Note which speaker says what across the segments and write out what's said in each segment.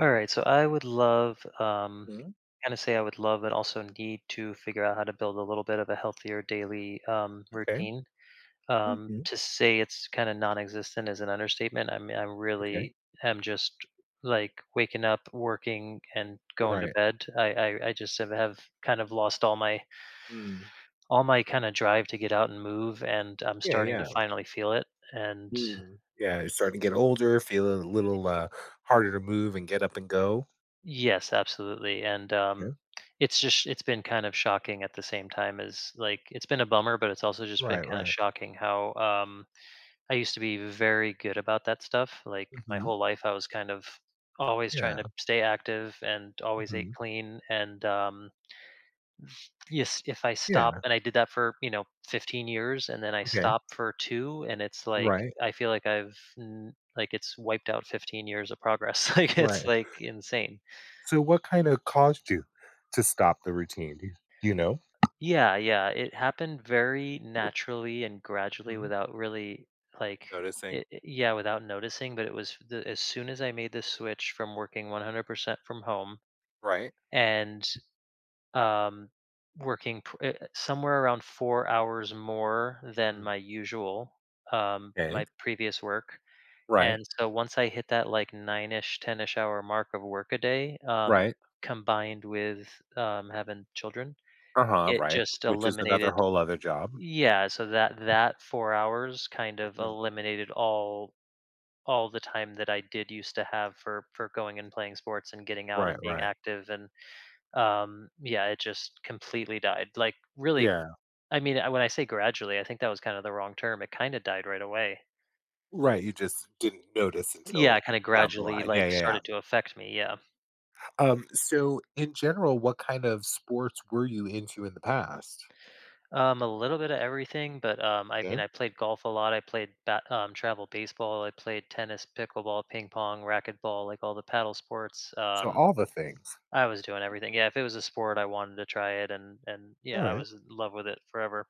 Speaker 1: All right, so I would love,
Speaker 2: Mm,
Speaker 1: kind of say I would love, and also need to figure out how to build a little bit of a healthier daily
Speaker 2: okay.
Speaker 1: routine.
Speaker 2: Mhm.
Speaker 1: To say it's kind of non-existent is an understatement. I mean, I
Speaker 2: Okay.
Speaker 1: really am just like waking up, working, and going to
Speaker 2: Right.
Speaker 1: bed. I just have kind of lost
Speaker 2: Mm.
Speaker 1: all my kind of drive to get out and move, and I'm
Speaker 2: Yeah,
Speaker 1: starting to
Speaker 2: yeah.
Speaker 1: finally feel it. And
Speaker 2: Mm. Yeah, you're starting to get older, feeling a little, harder to move and get up and go.
Speaker 1: yes, absolutely, and,
Speaker 2: Yeah.
Speaker 1: it's just it's been kind of shocking at the same time as, like it's been a bummer, but it's also just been
Speaker 2: Right,
Speaker 1: kinda
Speaker 2: right.
Speaker 1: shocking how, I used to be very good about that stuff, like, my
Speaker 2: Mhm.
Speaker 1: whole life I was kind of always trying
Speaker 2: Yeah.
Speaker 1: to stay active and always ate
Speaker 2: Mhm.
Speaker 1: clean, and, yes, if I stop
Speaker 2: Yeah.
Speaker 1: and I did that for, 15 years, and then I
Speaker 2: Okay.
Speaker 1: stop for 2, and it's like,
Speaker 2: Right.
Speaker 1: I feel like I've n like, it's wiped out 15 years of progress, like, it's,
Speaker 2: Right.
Speaker 1: like, insane.
Speaker 2: So what kinda caused you to stop the routine? Do you know?
Speaker 1: Yeah, yeah, it happened very naturally and gradually
Speaker 2: Mhm.
Speaker 1: without really like
Speaker 2: Noticing.
Speaker 1: yeah, without noticing, but it was the, as soon as I made the switch from working 100% from home
Speaker 2: Right.
Speaker 1: and um working somewhere around 4 hours more than
Speaker 2: Mm.
Speaker 1: my usual
Speaker 2: Okay.
Speaker 1: my previous work.
Speaker 2: Right.
Speaker 1: And so once I hit that like 9ish 10ish hour mark of work a day
Speaker 2: Right.
Speaker 1: combined with having children,
Speaker 2: Uh-huh,
Speaker 1: it
Speaker 2: right,
Speaker 1: just
Speaker 2: which is another
Speaker 1: eliminated
Speaker 2: whole other job.
Speaker 1: yeah, so that 4 hours kind of
Speaker 2: Mhm.
Speaker 1: eliminated all the time that I did used to have for going and playing sports and getting out
Speaker 2: Right,
Speaker 1: and being
Speaker 2: right.
Speaker 1: active and, yeah, it just completely died. Like, really
Speaker 2: Yeah.
Speaker 1: I mean, I when I say gradually, I think that was kind of the wrong term. It kinda died right away.
Speaker 2: Right, you just didn't notice
Speaker 1: Yeah,
Speaker 2: until
Speaker 1: kinda
Speaker 2: down the
Speaker 1: gradually,
Speaker 2: line. Yeah,
Speaker 1: like,
Speaker 2: yeah, yeah.
Speaker 1: started to affect me, yeah.
Speaker 2: So in general, what kind of sports were you into in the past?
Speaker 1: A little bit of everything, but, I mean,
Speaker 2: Okay,
Speaker 1: I played golf a lot, I played ba travel baseball, I played tennis, pickleball, ping pong, racquetball, like all the paddle sports,
Speaker 2: so all the things.
Speaker 1: I was doing everything. Yeah, if it was a sport, I wanted to try it, and
Speaker 2: All
Speaker 1: yeah, I
Speaker 2: right.
Speaker 1: was in love with it forever.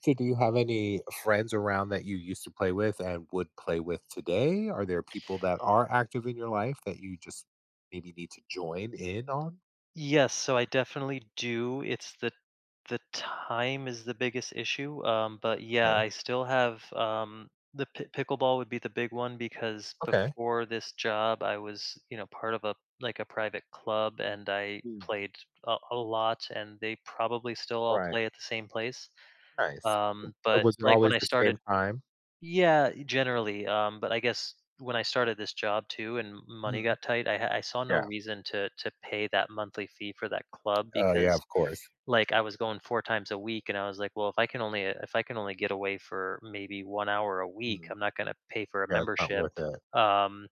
Speaker 2: So do you have any friends around that you used to play with and would play with today? Are there people that are active in your life that you just maybe need to join in on?
Speaker 1: Yes, so I definitely do. It's the time is the biggest issue. But yeah,
Speaker 2: Okay.
Speaker 1: I still have the pi pickleball would be the big one because
Speaker 2: Okay.
Speaker 1: before this job, I was part of a like a private club, and I
Speaker 2: Mm,
Speaker 1: played a lot, and they probably still all
Speaker 2: right.
Speaker 1: play at the same place.
Speaker 2: Nice. Uh,
Speaker 1: But
Speaker 2: Was it
Speaker 1: like when
Speaker 2: always
Speaker 1: I
Speaker 2: the same
Speaker 1: started
Speaker 2: time?
Speaker 1: yeah, generally. But I guess when I started this job too, and money
Speaker 2: Mm.
Speaker 1: got tight, I saw no
Speaker 2: Yeah.
Speaker 1: reason to pay that monthly fee for that club
Speaker 2: Oh, yeah,
Speaker 1: because
Speaker 2: of course.
Speaker 1: like I was going 4 times a week, and I was like, well, if I can only if I can only get away for maybe 1 hour a week,
Speaker 2: Mm.
Speaker 1: I'm not going to pay for a
Speaker 2: Yeah, it's not
Speaker 1: membership.
Speaker 2: worth it.
Speaker 1: Um,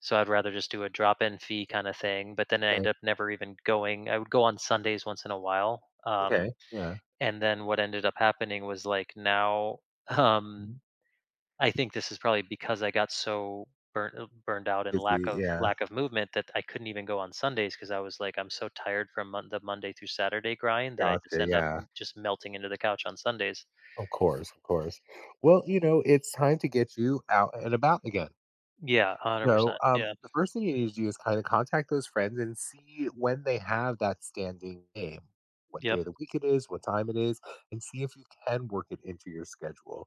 Speaker 1: so I'd rather just do a drop in fee kind of thing. But then I
Speaker 2: Yeah.
Speaker 1: ended up never even going. I would go on Sundays once in a while.
Speaker 2: Okay, yeah.
Speaker 1: And then what ended up happening was like now. Um,
Speaker 2: Mhm.
Speaker 1: I think this is probably because I got so burnt burned out and
Speaker 2: Busy, yeah.
Speaker 1: lack of movement that I couldn't even go on Sundays because I was like, I'm so tired from the Monday through Saturday grind that I just
Speaker 2: Gotcha,
Speaker 1: end up
Speaker 2: yeah.
Speaker 1: just melting into the couch on Sundays.
Speaker 2: Of course, of course. Well, it's time to get you out and about again.
Speaker 1: Yeah, hundred
Speaker 2: So,
Speaker 1: percent. Yeah.
Speaker 2: the first thing you need to do is kind of contact those friends and see when they have that standing game, what day
Speaker 1: Yep.
Speaker 2: of the week it is, what time it is, and see if you can work it into your schedule.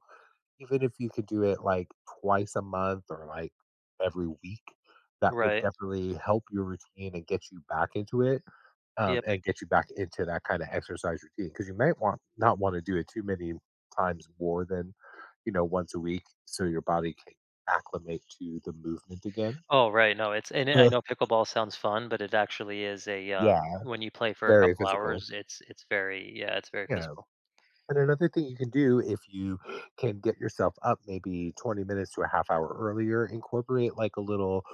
Speaker 2: Even if you could do it like twice a month or like every week, that would
Speaker 1: Right.
Speaker 2: definitely help your routine and get you back into it,
Speaker 1: Yep.
Speaker 2: and get you back into that kind of exercise routine because you might want not want to do it too many times more than once a week so your body can acclimate to the movement again.
Speaker 1: Oh, right. No, it's and I
Speaker 2: Uh,
Speaker 1: know pickleball sounds fun, but it actually is a
Speaker 2: yeah,
Speaker 1: when you play for a
Speaker 2: very
Speaker 1: couple
Speaker 2: physical.
Speaker 1: hours, it's very yeah, it's very
Speaker 2: Yeah.
Speaker 1: physical.
Speaker 2: And another thing you can do if you can get yourself up maybe 20 minutes to a half hour earlier, incorporate like a little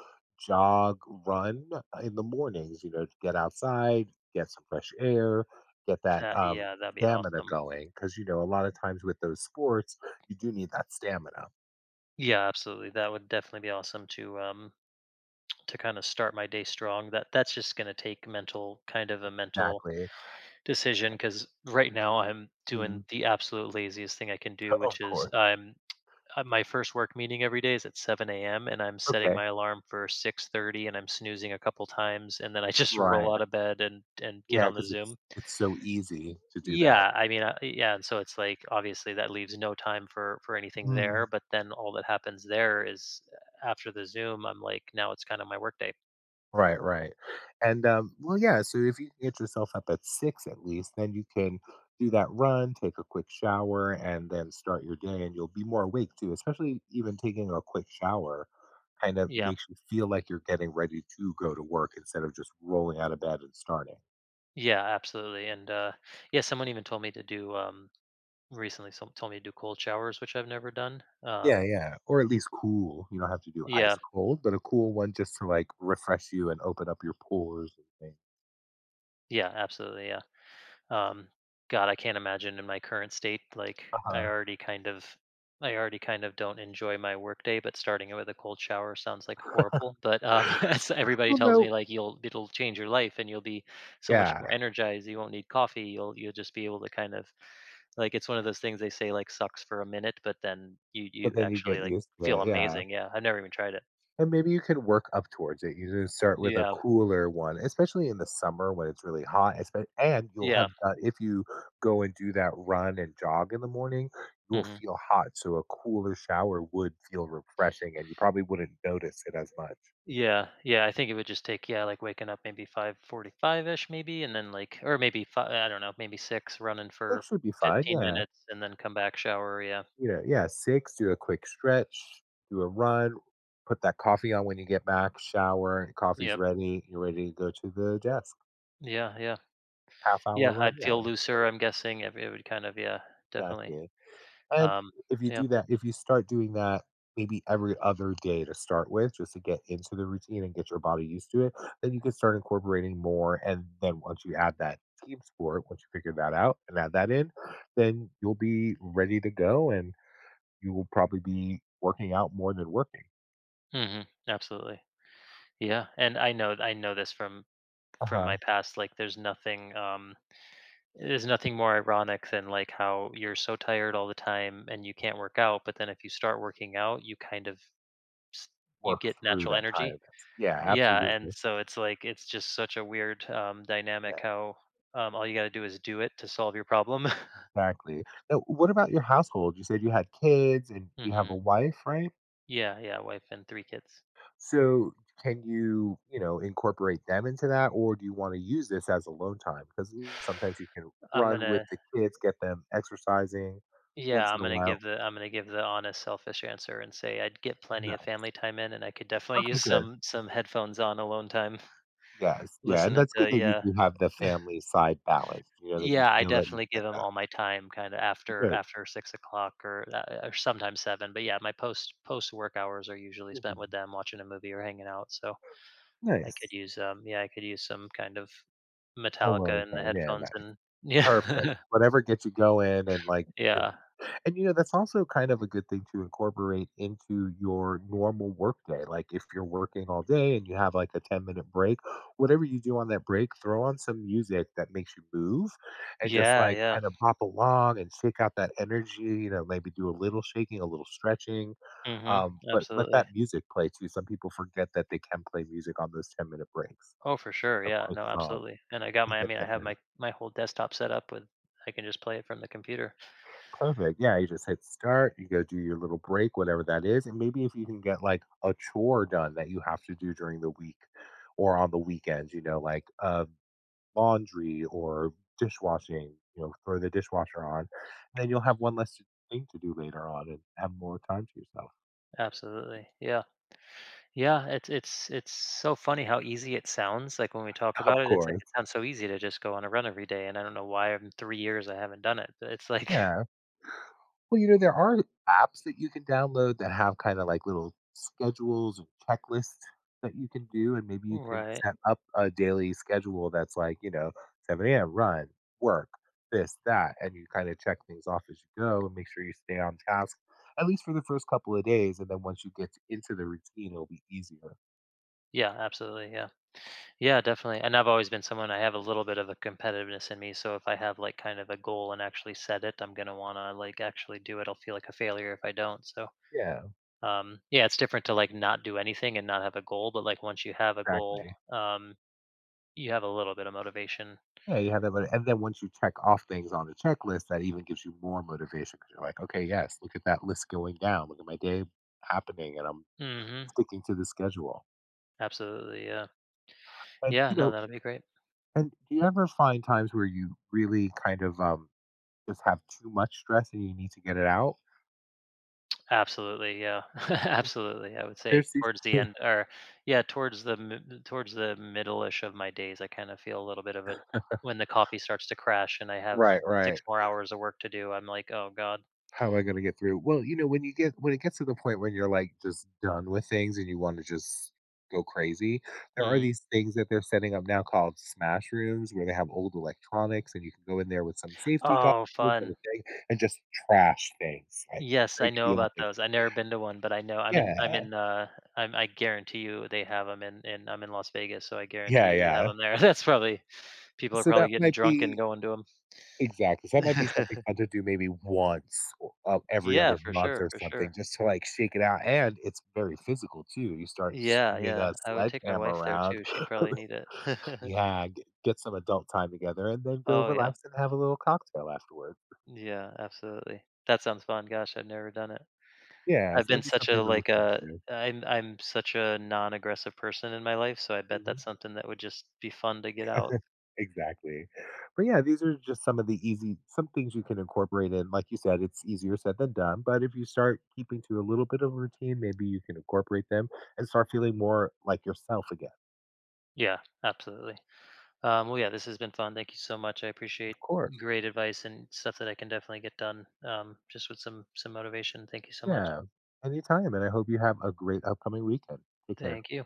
Speaker 2: jog run in the mornings, you know, to get outside, get some fresh air, get that
Speaker 1: That, yeah, that'd be
Speaker 2: stamina
Speaker 1: awesome.
Speaker 2: going. Cause, you know, a lot of times with those sports, you do need that stamina.
Speaker 1: Yeah, absolutely. That would definitely be awesome to kind of start my day strong that that's just going to take mental kind of a mental
Speaker 2: Exactly.
Speaker 1: decision because right now I'm doing
Speaker 2: Mm.
Speaker 1: the absolute laziest thing I can do
Speaker 2: Of
Speaker 1: which is
Speaker 2: course.
Speaker 1: I'm my first work meeting every day is at 7 a.m. and I'm setting
Speaker 2: Okay.
Speaker 1: my alarm for 6:30 and I'm snoozing a couple times and then I just
Speaker 2: Right.
Speaker 1: roll out of bed and get
Speaker 2: Yeah.
Speaker 1: on the
Speaker 2: Cause
Speaker 1: Zoom
Speaker 2: it's so easy to do that.
Speaker 1: yeah yeah and so it's like obviously that leaves no time for anything there
Speaker 2: Mm.
Speaker 1: but then all that happens there is after the Zoom I'm like now it's kind of my workday.
Speaker 2: Right, right. And, well, yeah, so if you can get yourself up at 6 at least, then you can do that run, take a quick shower, and then start your day, and you'll be more awake too, especially even taking a quick shower kind of
Speaker 1: Yeah.
Speaker 2: makes you feel like you're getting ready to go to work instead of just rolling out of bed and starting.
Speaker 1: Yeah, absolutely. And yeah, someone even told me to do recently some told me to do cold showers, which I've never done.
Speaker 2: Yeah, yeah, or at least cool. You don't have to do
Speaker 1: Yeah,
Speaker 2: ice cold, but a cool one just to like refresh you and open up your pores and things.
Speaker 1: yeah, absolutely. Um, God, I can't imagine in my current state, like I
Speaker 2: Uh-huh.
Speaker 1: already kind of I already kind of don't enjoy my workday, but starting it with a cold shower sounds like horrible. But as everybody
Speaker 2: Well,
Speaker 1: tells me,
Speaker 2: no,
Speaker 1: like you'll it'll change your life and you'll be so much more
Speaker 2: yeah,
Speaker 1: energized. You won't need coffee. You'll just be able to kind of like it's one of those things they say like sucks for a minute, but then you
Speaker 2: but then you
Speaker 1: actually
Speaker 2: get
Speaker 1: like
Speaker 2: used to
Speaker 1: feel
Speaker 2: it. Yeah.
Speaker 1: amazing. Yeah, I've never even tried it.
Speaker 2: And maybe you can work up towards it. You just start with a
Speaker 1: Yeah,
Speaker 2: cooler one, especially in the summer when it's really hot. And you'll
Speaker 1: yeah.
Speaker 2: have done, if you go and do that run and jog in the morning, you'll
Speaker 1: Hmm,
Speaker 2: feel hot. So a cooler shower would feel refreshing and you probably wouldn't notice it as much.
Speaker 1: yeah, yeah, I think it would just take yeah, like waking up maybe 5:45ish maybe, and then, like or maybe five. I don't know, maybe 6, running for
Speaker 2: Which would be fine.
Speaker 1: 15
Speaker 2: Yeah.
Speaker 1: minutes, and then come back, shower, yeah.
Speaker 2: You know, yeah, six, do a quick stretch, do a run, put that coffee on when you get back, shower, coffee's
Speaker 1: Yep.
Speaker 2: ready. You're ready to go to the desk.
Speaker 1: Yeah, yeah.
Speaker 2: Half hour
Speaker 1: Yeah,
Speaker 2: run.
Speaker 1: I'd
Speaker 2: Yeah.
Speaker 1: feel looser, I'm guessing, it would kind of yeah, definitely.
Speaker 2: Exactly. And
Speaker 1: Um, yeah.
Speaker 2: if you start doing that maybe every other day to start with, just to get into the routine and get your body used to it, then you can start incorporating more, and then once you add that team sport, once you figure that out and add that in, then you'll be ready to go, and you will probably be working out more than working.
Speaker 1: Mhm, absolutely. Yeah, and I know this from
Speaker 2: Uh-huh.
Speaker 1: my past, like, there's nothing more ironic than, like, how you're so tired all the time and you can't work out, but then if you start working out, you kind of s- you
Speaker 2: Work
Speaker 1: get
Speaker 2: through
Speaker 1: natural
Speaker 2: that
Speaker 1: energy.
Speaker 2: tiredness. Yeah,
Speaker 1: Yeah, and
Speaker 2: absolutely.
Speaker 1: so it's like it's just such a weird
Speaker 2: Yeah,
Speaker 1: dynamic how all you got to do is do it to solve your problem.
Speaker 2: exactly. Now, what about your household? You said you had kids and you have
Speaker 1: Hmm.
Speaker 2: a wife, right?
Speaker 1: Yeah, yeah, wife and 3 kids.
Speaker 2: So, can you, you know, incorporate them into that, or do you want to use this as alone time? Because sometimes you can
Speaker 1: I'm
Speaker 2: run with
Speaker 1: gonna
Speaker 2: the kids, get them exercising
Speaker 1: yeah,
Speaker 2: once in a while.
Speaker 1: I'm gonna give the honest, selfish answer and say I'd get plenty of
Speaker 2: Nice.
Speaker 1: family time in, and I could definitely
Speaker 2: Okay,
Speaker 1: use
Speaker 2: good.
Speaker 1: some headphones on alone time,
Speaker 2: Yes, yeah, and
Speaker 1: listening
Speaker 2: that's
Speaker 1: to
Speaker 2: good that you
Speaker 1: yeah.
Speaker 2: do have the family side balance. You know that you
Speaker 1: Yeah, I
Speaker 2: feel that you
Speaker 1: definitely give
Speaker 2: get
Speaker 1: them
Speaker 2: that.
Speaker 1: all my time kind of
Speaker 2: Good.
Speaker 1: after 6:00 or sometimes 7, but yeah, my post work hours are usually spent
Speaker 2: Mhm.
Speaker 1: with them watching a movie or hanging out, so I could
Speaker 2: Nice.
Speaker 1: use, yeah, I could use some kind of Metallica
Speaker 2: Alone
Speaker 1: in the
Speaker 2: time. Yeah.
Speaker 1: headphones
Speaker 2: Nice.
Speaker 1: and
Speaker 2: Perfect.
Speaker 1: yeah.
Speaker 2: Whatever gets you going and, like, you can
Speaker 1: Yeah.
Speaker 2: and, you know, that's also kind of a good thing to incorporate into your normal work day. Like, if you're working all day and you have, like, a ten-minute break, whatever you do on that break, throw on some music that makes you move and just,
Speaker 1: Yeah,
Speaker 2: like,
Speaker 1: yeah.
Speaker 2: kinda bop along and shake out that energy, you know, maybe do a little shaking, a little stretching,
Speaker 1: Mhm.
Speaker 2: but let
Speaker 1: Absolutely.
Speaker 2: that music play too. Some people forget that they can play music on those ten-minute breaks.
Speaker 1: Oh, for sure,
Speaker 2: A
Speaker 1: yeah,
Speaker 2: quick
Speaker 1: no,
Speaker 2: song
Speaker 1: absolutely, and
Speaker 2: can
Speaker 1: I
Speaker 2: get
Speaker 1: mean, I have
Speaker 2: them.
Speaker 1: my my whole desktop set up with I can just play it from the computer.
Speaker 2: Perfect. Yeah, you just hit start, you go do your little break, whatever that is. And maybe if you can get like a chore done that you have to do during the week or on the weekends, you know, like laundry or dishwashing, you know, throw the dishwasher on. And then you'll have one less thing to do later on and have more time to yourself.
Speaker 1: Absolutely, yeah. Yeah, it's so funny how easy it sounds, like, when we talk about
Speaker 2: Of
Speaker 1: it, it's like,
Speaker 2: course.
Speaker 1: it sounds so easy to just go on a run every day, and I don't know why in 3 years I haven't done it, but it's like
Speaker 2: Yeah. Well, you know, there are apps that you can download that have kinda like little schedules and checklists that you can do, and maybe you can
Speaker 1: right.
Speaker 2: set up a daily schedule that's like, you know, 7 a.m., run, work, this, that, and you kinda check things off as you go and make sure you stay on task, at least for the first couple of days, and then once you get into the routine, it'll be easier.
Speaker 1: Yeah, absolutely, yeah. Yeah, definitely, and I've always been someone I have a little bit of a competitiveness in me, so if I have, like, kind of a goal and actually set it, I'm gonna wanna, like, actually do it. I'll feel like a failure if I don't, so,
Speaker 2: Yeah,
Speaker 1: yeah, it's different to, like, not do anything and not have a goal, but, like, once you have a goal,
Speaker 2: exactly.
Speaker 1: um, you have a little bit of motivation.
Speaker 2: Yeah, you have that motiv and then once you check off things on the checklist, that even gives you more motivation because 'cause you're like, "Okay, yes, look at that list going down. Look at my day happening, and I'm
Speaker 1: Mhm.
Speaker 2: sticking to the schedule."
Speaker 1: Absolutely, yeah.
Speaker 2: And,
Speaker 1: Yeah,
Speaker 2: you
Speaker 1: no,
Speaker 2: know
Speaker 1: that'll be great.
Speaker 2: and do you ever find times where you really kind of, just have too much stress and you need to get it out?
Speaker 1: Absolutely, yeah. Absolutely. I would say
Speaker 2: There's these.
Speaker 1: towards the end or yeah, towards the towards the middle-ish of my days, I kind of feel a little bit of a when the coffee starts to crash and I have
Speaker 2: Right,
Speaker 1: six
Speaker 2: right.
Speaker 1: more hours of work to do, I'm like, "Oh God."
Speaker 2: How am I gonna get through? Well, you know, when you get when it gets to the point when you're, like, just done with things and you wanna just go crazy, there are
Speaker 1: Hmm.
Speaker 2: these things that they're setting up now called smash rooms where they have old electronics and you can go in there with some safety
Speaker 1: Oh,
Speaker 2: goggles and
Speaker 1: fun.
Speaker 2: a thing and just trash things, like,
Speaker 1: Yes, I
Speaker 2: break
Speaker 1: know
Speaker 2: the old
Speaker 1: about
Speaker 2: things.
Speaker 1: those. I've never been to one, but I know. I'm in. I'm
Speaker 2: Yeah.
Speaker 1: in. I guarantee you they have them in. In I'm in Las Vegas, so I guarantee
Speaker 2: Yeah,
Speaker 1: you they have
Speaker 2: yeah.
Speaker 1: them there. That's probably people are
Speaker 2: So
Speaker 1: probably
Speaker 2: that
Speaker 1: getting
Speaker 2: might
Speaker 1: drunk and
Speaker 2: be
Speaker 1: going to them.
Speaker 2: Exactly, so that might be something fun to do maybe once or every
Speaker 1: Yeah,
Speaker 2: other
Speaker 1: for
Speaker 2: month
Speaker 1: sure,
Speaker 2: or
Speaker 1: for
Speaker 2: something
Speaker 1: sure.
Speaker 2: just to, like, shake it out, and it's very physical too, you start
Speaker 1: Yeah,
Speaker 2: swinging a
Speaker 1: yeah. I would take my
Speaker 2: sledgehammer
Speaker 1: wife there
Speaker 2: around.
Speaker 1: too. She'd probably need it.
Speaker 2: Yeah, get some adult time together and then go
Speaker 1: Oh yeah.
Speaker 2: relax and have a little cocktail afterwards.
Speaker 1: Yeah, absolutely. That sounds fun. Gosh, I've never done it.
Speaker 2: Yeah,
Speaker 1: I've
Speaker 2: so
Speaker 1: been
Speaker 2: that'd be
Speaker 1: such a
Speaker 2: something to look into.
Speaker 1: I'm such a non-aggressive person in my life, so I bet
Speaker 2: Mhm.
Speaker 1: that's something that would just be fun to get out.
Speaker 2: Exactly. But yeah, these are just some of the easy some things you can incorporate in. Like you said, it's easier said than done, but if you start keeping to a little bit of routine, maybe you can incorporate them and start feeling more like yourself again.
Speaker 1: Yeah, absolutely. Well, yeah, this has been fun. Thank you so much. I appreciate
Speaker 2: Of course.
Speaker 1: great advice and stuff that I can definitely get done just with some motivation. Thank you so much.
Speaker 2: Yeah. Anytime, and I hope you have a great upcoming weekend. Take care.
Speaker 1: Thank you.